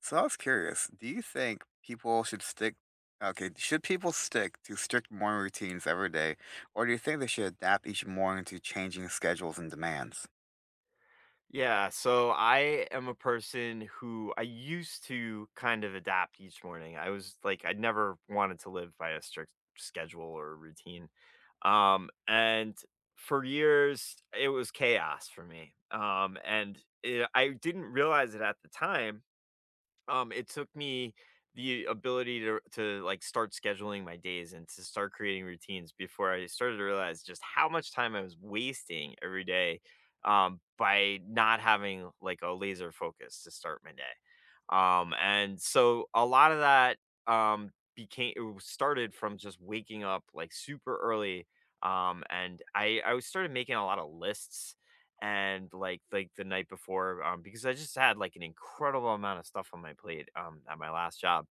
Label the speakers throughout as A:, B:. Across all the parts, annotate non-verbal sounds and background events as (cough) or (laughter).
A: So I was curious, do you think people should should people stick to strict morning routines every day, or do you think they should adapt each morning to changing schedules and demands?
B: Yeah, so I am a person who I used to kind of adapt each morning. I was like, I never wanted to live by a strict schedule or routine. And for years, it was chaos for me. I didn't realize it at the time it took me the ability to, like, start scheduling my days and to start creating routines before I started to realize just how much time I was wasting every day, by not having, like, a laser focus to start my day. And so a lot of that, became it was started from just waking up like super early. And I was started making a lot of lists and like the night before because I just had like an incredible amount of stuff on my plate at my last job,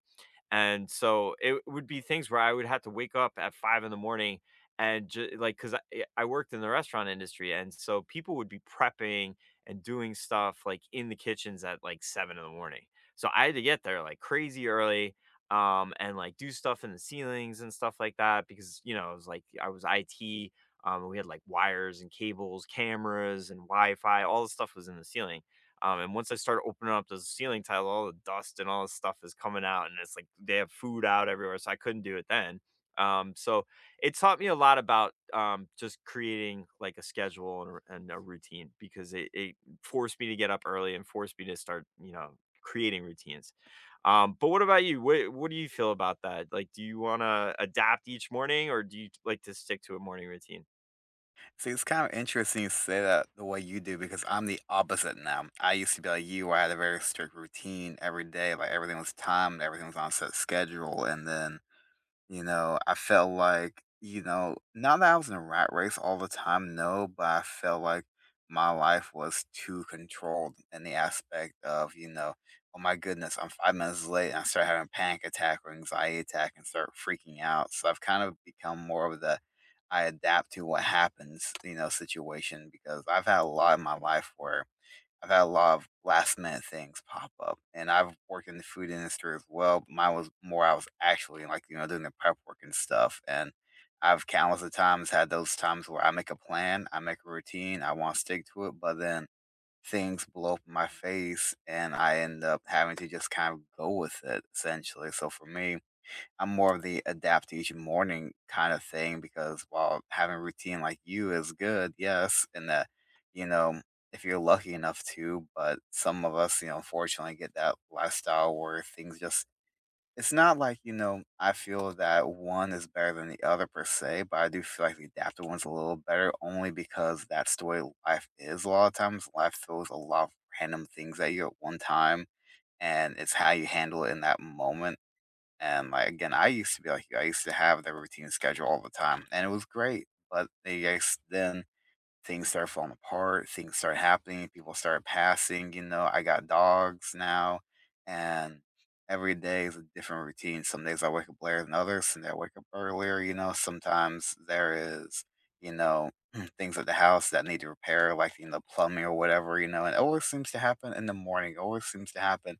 B: and so it would be things where I would have to wake up at 5 in the morning and ju like, cause I eh, I worked in the restaurant industry, and so people would be prepping and doing stuff, like, in the kitchens at, like, 7 in the morning. So I had to get there, like, crazy early, and, like, do stuff in the ceilings and stuff like that because, you know, it was like I was IT, and we had, like, wires and cables, cameras and Wi-Fi, all the stuff was in the ceiling. And once I start opening up those ceiling tiles, all the dust and all this stuff is coming out, and it's like they have food out everywhere, so I couldn't do it then. So it taught me a lot about just creating like a schedule and a routine because it forced me to get up early and forced me to start, you know, creating routines. But what about you? What do you feel about that? Like, do you want to adapt each morning, or do you like to stick to a morning routine?
A: See, it's kind of interesting you say that the way you do because I'm the opposite now. I used to be like you, where I had a very strict routine every day, like everything was timed, everything was on set schedule, and then I felt like, not that I was in a rat race all the time, no, but I felt like my life was too controlled in the aspect of, oh my goodness, I'm 5 minutes late and I start having a panic attack or anxiety attack and start freaking out. So I've kind of become more of the I adapt to what happens, situation because I've had a lot in my life where I've had a lot of last minute things pop up, and I've worked in the food industry as well. But mine was more I was actually like doing the prep work and stuff, and I've countless of times had those times where I make a plan, I make a routine, I want to stick to it, but then things blow up in my face, and I end up having to just kind of go with it essentially. So for me, I'm more of the adapt to each morning kind of thing because while having a routine like you is good, yes, and that, you know, if you're lucky enough to, but some of us, unfortunately get that lifestyle where things just, it's not like, I feel that one is better than the other per se, but I do feel like the adaptive one's a little better only because that's the way life is. A lot of times life throws a lot of random things at you at one time and it's how you handle it in that moment and, like, again, I used to be like you, I used to have the routine schedule all the time, and it was great, but the I s then things started falling apart, things started happening, people started passing, I got dogs now, and every day is a different routine. Some days I wake up later than others, some days I wake up earlier, sometimes there is, you know, (clears throat) things at the house that need to repair, like, plumbing or whatever, and it always seems to happen in the morning, it always seems to happen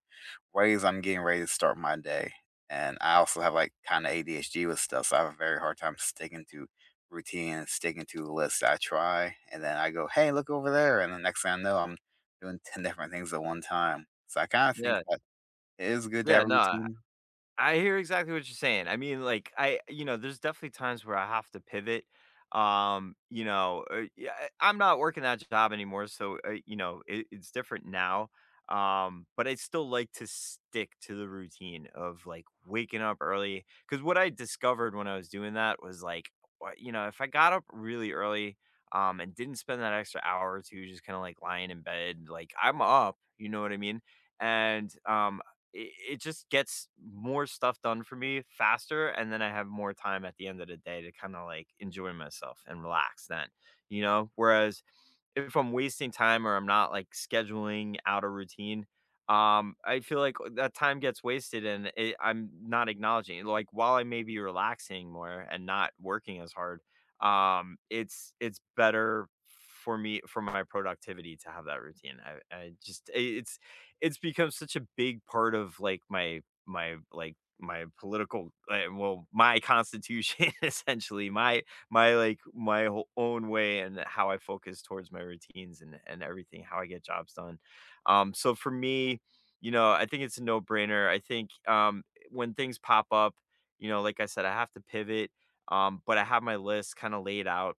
A: ways I'm getting ready to start my day. And I also have like kind of ADHD with stuff, so I have a very hard time sticking to routine and sticking to lists. I try, and then I go, "Hey, look over there," and the next thing I know, I'm doing ten different things at one time. So I kind of think
B: Yeah.
A: that it is good to
B: Yeah.
A: have a
B: No.
A: routine.
B: I hear exactly what you're saying. I mean, like I, you know, there's definitely times where I have to pivot. I'm not working that job anymore, so you know, it's different now. But I still like to stick to the routine of like waking up early because what I discovered when I was doing that was like, you know, if I got up really early, and didn't spend that extra hour or two just kind of like lying in bed, like I'm up, you know what I mean? And It just gets more stuff done for me faster, and then I have more time at the end of the day to kinda, like, enjoy myself and relax then, you know? Whereas if I'm wasting time or I'm not, like, scheduling out a routine, I feel like that time gets wasted and it I'm not acknowledging it. Like, while I may be relaxing more and not working as hard, it's better for me for my productivity to have that routine. I just I It's become such a big part of like my like my political well my constitution (laughs) essentially my my whole own way and how I focus towards my routines and everything how I get jobs done, so for me, you know, I think it's a no brainer. I think when things pop up, you know, like I said, I have to pivot. But I have my list kind of laid out,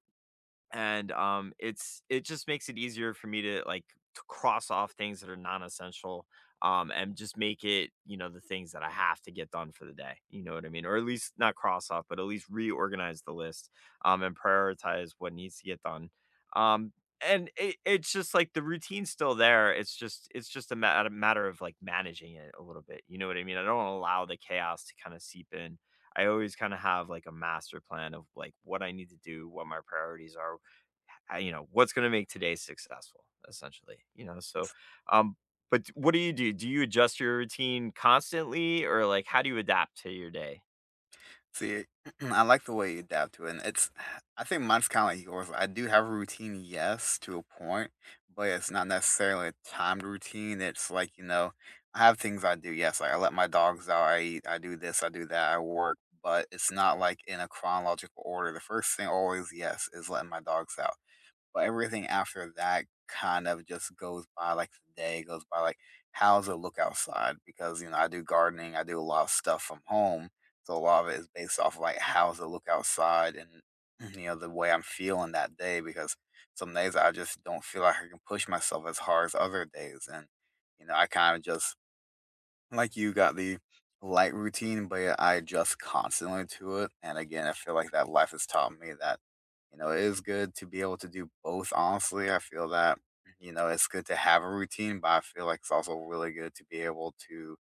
B: and it's it just makes it easier for me to like to cross off things that are non-essential, and just make it, you know, the things that I have to get done for the day, you know what I mean, or at least not cross off but at least reorganize the list, and prioritize what needs to get done. um and it's just like the routine's still there. It's just it's just a matter of like managing it a little bit, you know what I mean. I don't allow the chaos to kind of seep in. I always kind of have like a master plan of like what I need to do, what my priorities are, you know, what's going to make today successful essentially, you know. So um but what do you do? Do you adjust your routine constantly, or like how do you adapt to your day?
A: See, (clears throat) I like the way you adapt to it. And it's, (sighs) I think mine's kind of like yours. I do have a routine, yes, to a point, but it's not necessarily a timed routine. It's like, I have things I do. Yes, like I let my dogs out. I eat. I do this. I do that. I work. But it's not like in a chronological order. The first thing always, yes, is letting my dogs out. But everything after that kind of just goes by like the day goes by like how's it look outside? Because you know, I do gardening, I do a lot of stuff from home. So a lot of it is based off of like how's it look outside and (clears throat) the way I'm feeling that day because some days I just don't feel like I can push myself as hard as other days and I kind of just like you got the light routine, but I adjust constantly to it. And again, I feel like that life has taught me that, it is good to be able to do both. Honestly, I feel that, it's good to have a routine, but I feel like it's also really good to be able to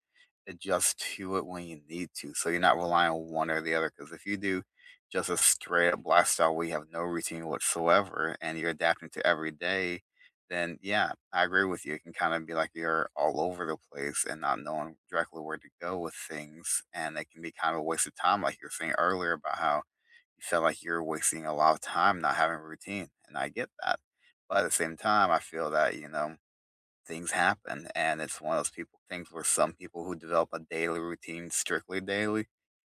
A: adjust to it when you need to. So you're not relying on one or the other. Because if you do just a straight up lifestyle where you have no routine whatsoever and you're adapting to every day, then yeah, I agree with you. It can kind of be like you're all over the place and not knowing directly where to go with things. And it can be kind of a waste of time, like you were saying earlier about how you felt like you're wasting a lot of time not having a routine. And I get that. But at the same time, I feel that, things happen, and it's one of those people things where some people who develop a daily routine strictly daily,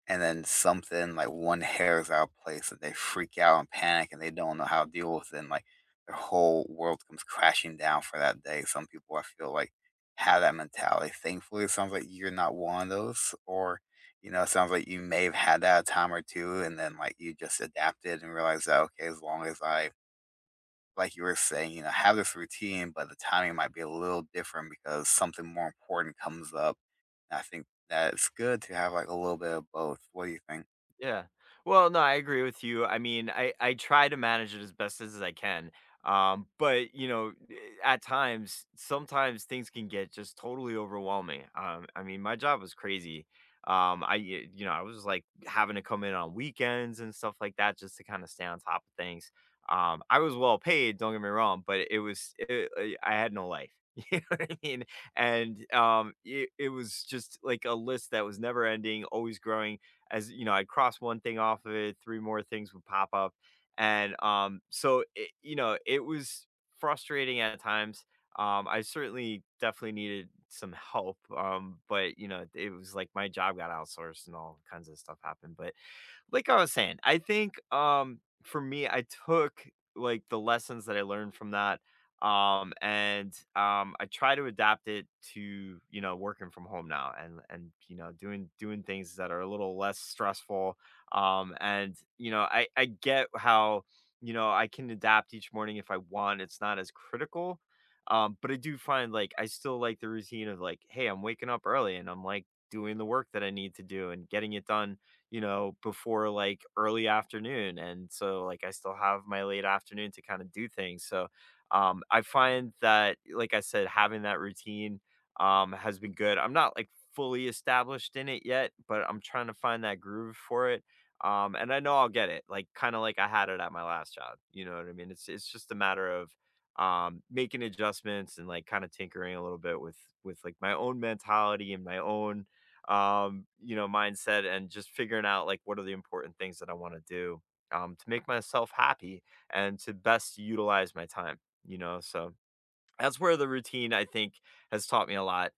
A: and then something like one hair is out of place and they freak out and panic and they don't know how to deal with it, and like their whole world comes crashing down for that day. Some people I feel like have that mentality. Thankfully, it sounds like you're not one of those, or it sounds like you may have had that a time or two, and then like you just adapted and realized that okay, as long as I like you were saying, have this routine, but the timing might be a little different because something more important comes up. And I think that it's good to have like a little bit of both. What do you think?
B: Yeah. Well, no, I agree with you. I mean, I try to manage it as best as I can. But you know, at times, sometimes things can get just totally overwhelming. I mean, my job was crazy. You know, I was like having to come in on weekends and stuff like that just to kind of stay on top of things. I was well paid, don't get me wrong, but it was it, eh, I had no life. (laughs) You know what I mean? It was just like a list that was never ending, always growing, as you know, I'd cross one thing off of it, three more things would pop up. And so it, you know, it was frustrating at times. I certainly definitely needed some help. But you know, it was like my job got outsourced and all kinds of stuff happened. But like I was saying, I think, for me, I took, like, the lessons that I learned from that, and I try to adapt it to, you know, working from home now, and, you know, doing things that are a little less stressful, and, you know, I get how, you know, I can adapt each morning if I want. It's not as critical, but I do find, like, I still like the routine of, like, "Hey, I'm waking up early, and I'm, like, doing the work that I need to do and getting it done, you know, before like early afternoon." And so like I still have my late afternoon to kind of do things. So I find that, like I said, having that routine has been good. I'm not like fully established in it yet, but I'm trying to find that groove for it. And I know I'll get it, like kind of like I had it at my last job. You know what I mean? It's just a matter of making adjustments and like kind of tinkering a little bit with like my own mentality and my own you know, mindset, and just figuring out like what are the important things that I want to do, to make myself happy and to best utilize my time, you know. So that's where the routine, I think, has taught me a lot.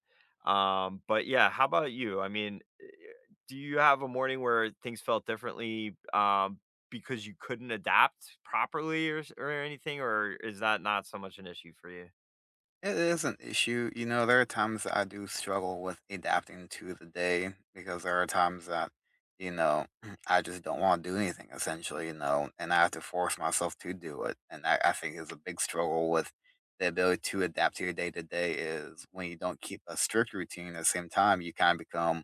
B: But yeah, how about you? I mean, do you have a morning where things felt differently because you couldn't adapt properly, or anything, or is that not so much an issue for you?
A: It is an issue. You know, there are times that I do struggle with adapting to the day because there are times that, you know, (clears throat) I just don't want to do anything essentially, and I have to force myself to do it. And I think is a big struggle with the ability to adapt to your day to day is when you don't keep a strict routine at the same time, you kind of become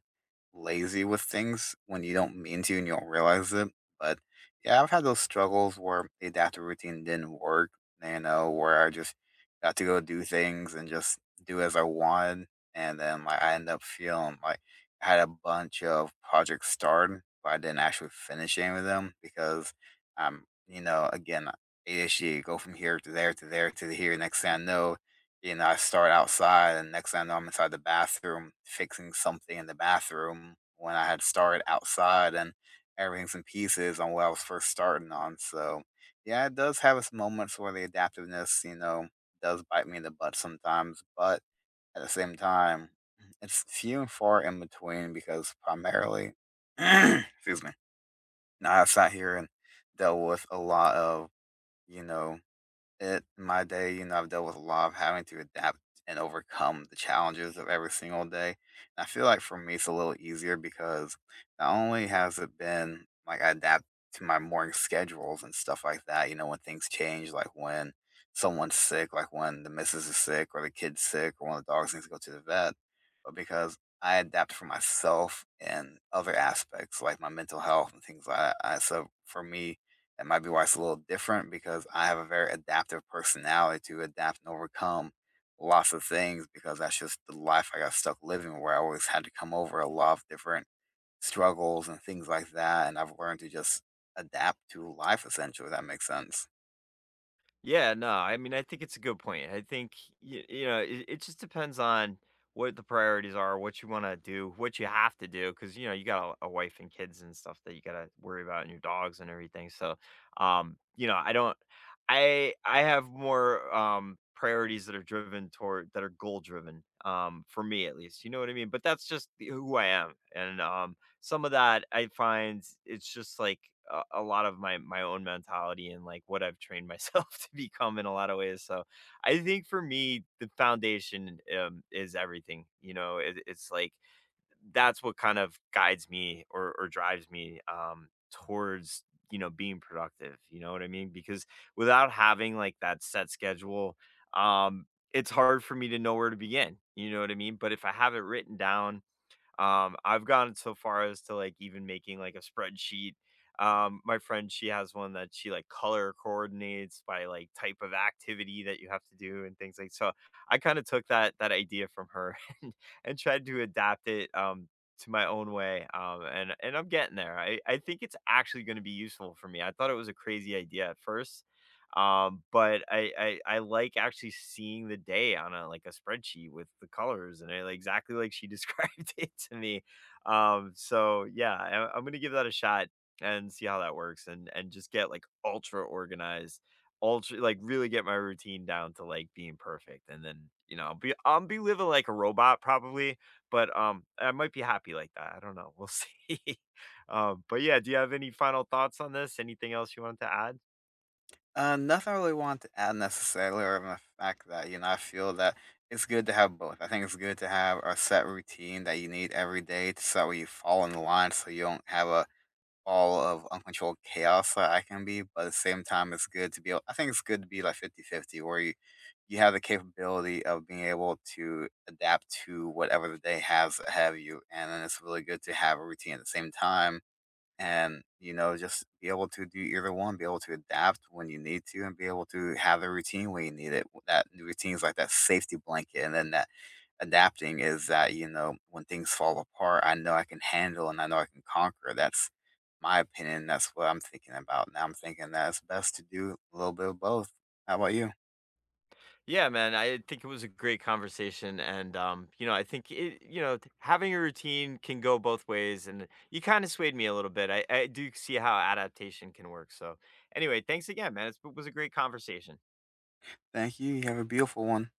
A: lazy with things when you don't mean to and you don't realize it. But yeah, I've had those struggles where the adaptive routine didn't work, where I just got to go do things and just do as I wanted, and then, like, I ended up feeling like I had a bunch of projects started, but I didn't actually finish any of them because I'm, again, ADHD, go from here to here. Next thing I know, I start outside, and next thing I know, I'm inside the bathroom fixing something in the bathroom when I had started outside, and everything's in pieces on what I was first starting on. So, yeah, it does have its moments where the adaptiveness, does bite me in the butt sometimes, but at the same time, it's few and far in between because primarily, (clears throat) excuse me, now I've sat here and dealt with a lot of, you know, it in my day, I've dealt with a lot of having to adapt and overcome the challenges of every single day. And I feel like for me, it's a little easier because not only has it been like I adapt to my morning schedules and stuff like that, when things change, like when someone's sick, like when the missus is sick or the kid's sick or one of the dogs needs to go to the vet, but because I adapt for myself and other aspects like my mental health and things like that. So for me, that might be why it's a little different because I have a very adaptive personality to adapt and overcome lots of things because that's just the life I got stuck living where I always had to come over a lot of different struggles and things like that. And I've learned to just adapt to life essentially, if that makes sense.
B: Yeah, no, I mean, I think it's a good point. I think you know, it just depends on what the priorities are, what you want to do, what you have to do, because you know you got a wife and kids and stuff that you got to worry about, and your dogs and everything. So, you know, I don't, I have more priorities that are driven toward, that are goal driven, for me at least. You know what I mean? But that's just who I am, and some of that I find it's just like a lot of my my own mentality and like what I've trained myself (laughs) to become in a lot of ways. So I think for me, the foundation is everything. You know, it's like that's what kind of guides me or drives me towards, you know, being productive. You know what I mean? Because without having like that set schedule, um, it's hard for me to know where to begin. You know what I mean? But if I have it written down, I've gone so far as to like even making like a spreadsheet. My friend, she has one that she like color coordinates by like type of activity that you have to do and things like so. I kind of took that idea from her (laughs) and, and tried to adapt it to my own way. And I'm getting there. I think it's actually gonna be useful for me. I thought it was a crazy idea at first, but I like actually seeing the day on a like a spreadsheet with the colors and it, like, exactly like she (laughs) described it to me. So yeah, I'm gonna give that a shot and see how that works, and just get like ultra organized, ultra like really get my routine down to like being perfect, and then you know I'll be living like a robot probably, but I might be happy like that. I don't know. We'll (laughs) see. But yeah, do you have any final thoughts on this? Anything else you wanted to add?
A: Nothing I really want to add necessarily, or even the fact that, I feel that it's good to have both. I think it's good to have a set routine that you need every day to so that way you fall in line so you don't have a ball of uncontrolled chaos that I can be, but at the same time, it's good to be able I think it's good to be like 50-50, where you have the capability of being able to adapt to whatever the day has ahead of you, and then it's really good to have a routine at the same time. And just be able to do either one, be able to adapt when you need to, and be able to have a routine when you need it. That routine is like that safety blanket, and then that adapting is that, when things fall apart I know I can handle and I know I can conquer. That's my opinion. That's what I'm thinking about now. I'm thinking that it's best to do a little bit of both. How about you?
B: Yeah, man. I think it was a great conversation, and you know, I think you know, having a routine can go both ways, and you kind of swayed me a little bit. I do see how adaptation can work. So, anyway, thanks again, man. It was a great conversation.
A: Thank you. You have a beautiful one.